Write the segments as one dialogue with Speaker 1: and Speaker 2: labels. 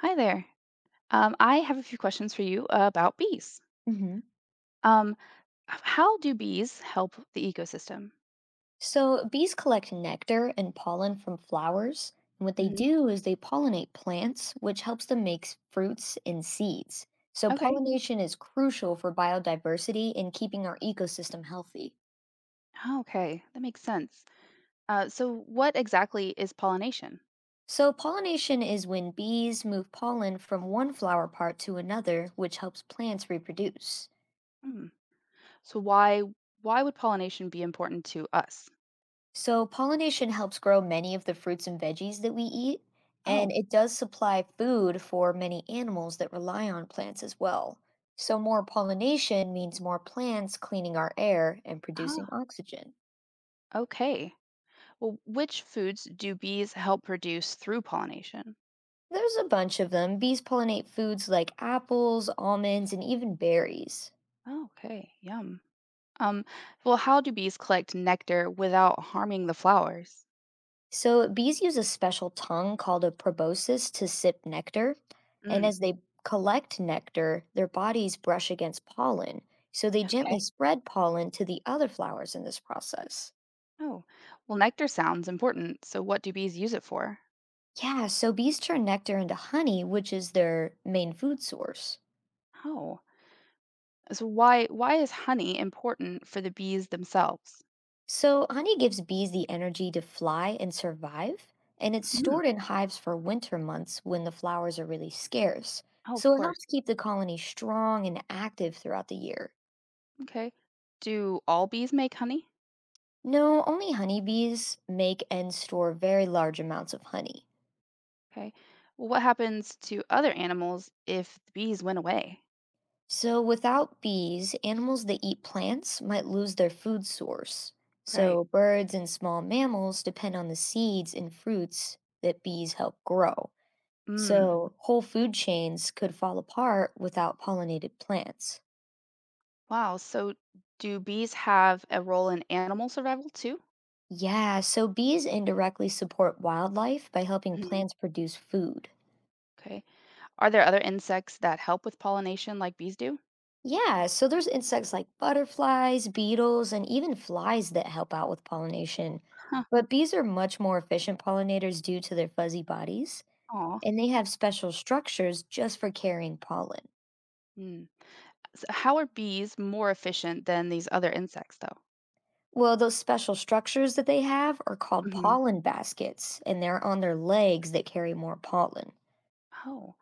Speaker 1: Hi there. I have a few questions for you about bees.
Speaker 2: Hmm.
Speaker 1: Um, how do bees help the ecosystem?
Speaker 2: So, bees collect nectar and pollen from flowers, and what they
Speaker 1: hmm
Speaker 2: do is they pollinate plants, which helps them make fruits and seeds. So,
Speaker 1: Okay.
Speaker 2: pollination is crucial for biodiversity and keeping our ecosystem healthy.
Speaker 1: Oh, okay, that makes sense. What exactly is pollination?
Speaker 2: So, pollination is when bees move pollen from one flower part to another, which helps plants reproduce.
Speaker 1: Hmm. So, why would pollination be important to us?
Speaker 2: So, pollination helps grow many of the fruits and veggies that we eat, and
Speaker 1: Oh.
Speaker 2: it does supply food for many animals that rely on plants as well. So, more pollination means more plants cleaning our air and producing
Speaker 1: Ah.
Speaker 2: oxygen.
Speaker 1: Okay. Well, which foods do bees help produce through pollination?
Speaker 2: There's a bunch of them. Bees pollinate foods like apples, almonds, and even berries.
Speaker 1: Oh, okay. Yum. Um, well, how do bees collect nectar without harming the flowers?
Speaker 2: So bees use a special tongue called a proboscis to sip nectar, and
Speaker 1: Mm.
Speaker 2: as they collect nectar, their bodies brush against pollen. So they gently spread pollen to the other flowers in this process.
Speaker 1: Oh, well, nectar sounds important. So what do bees use it for?
Speaker 2: Yeah, so bees turn nectar into honey, which is their main food source.
Speaker 1: Oh, so why is honey important for the bees themselves?
Speaker 2: So honey gives bees the energy to fly and survive, and it's
Speaker 1: Hmm.
Speaker 2: stored in hives for winter months when the flowers are really scarce.
Speaker 1: Oh, of
Speaker 2: So it
Speaker 1: course.
Speaker 2: helps keep the colony strong and active throughout the year.
Speaker 1: Okay. Do all bees make honey?
Speaker 2: No, only honeybees make and store very large amounts of honey.
Speaker 1: Okay. Well, what happens to other animals if the bees went away?
Speaker 2: So, without bees, animals that eat plants might lose their food source.
Speaker 1: Right.
Speaker 2: So, birds and small mammals depend on the seeds and fruits that bees help grow.
Speaker 1: Hmm.
Speaker 2: So, whole food chains could fall apart without pollinated plants.
Speaker 1: Wow. So do bees have a role in animal survival too?
Speaker 2: Yeah, so bees indirectly support wildlife by helping
Speaker 1: Mhm.
Speaker 2: plants produce food.
Speaker 1: Okay. Are there other insects that help with pollination like bees do?
Speaker 2: Yeah, so there's insects like butterflies, beetles, and even flies that help out with pollination.
Speaker 1: Huh.
Speaker 2: But bees are much more efficient pollinators due to their fuzzy bodies,
Speaker 1: Aw.
Speaker 2: and they have special structures just for carrying pollen.
Speaker 1: Hmm. So how are bees more efficient than these other insects, though?
Speaker 2: Well, those special structures that they have are called
Speaker 1: hmm
Speaker 2: pollen baskets, and they're on their legs that carry more pollen.
Speaker 1: Oh,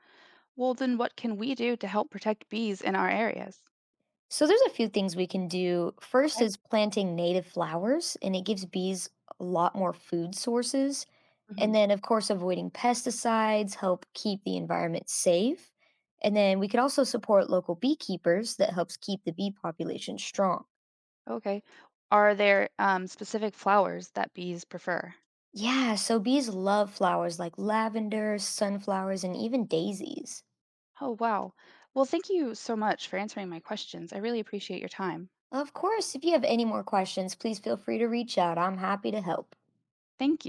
Speaker 1: well, then what can we do to help protect bees in our areas?
Speaker 2: So there's a few things we can do. First
Speaker 1: Okay.
Speaker 2: is planting native flowers, and it gives bees a lot more food sources.
Speaker 1: hmm
Speaker 2: And then, of course, avoiding pesticides help keep the environment safe. And then we could also support local beekeepers that helps keep the bee population strong.
Speaker 1: Okay. Are there specific flowers that bees prefer?
Speaker 2: Yeah, so bees love flowers like lavender, sunflowers, and even daisies.
Speaker 1: Oh, wow. Well, thank you so much for answering my questions. I really appreciate your time.
Speaker 2: Of course, if you have any more questions, please feel free to reach out. I'm happy to help.
Speaker 1: Thank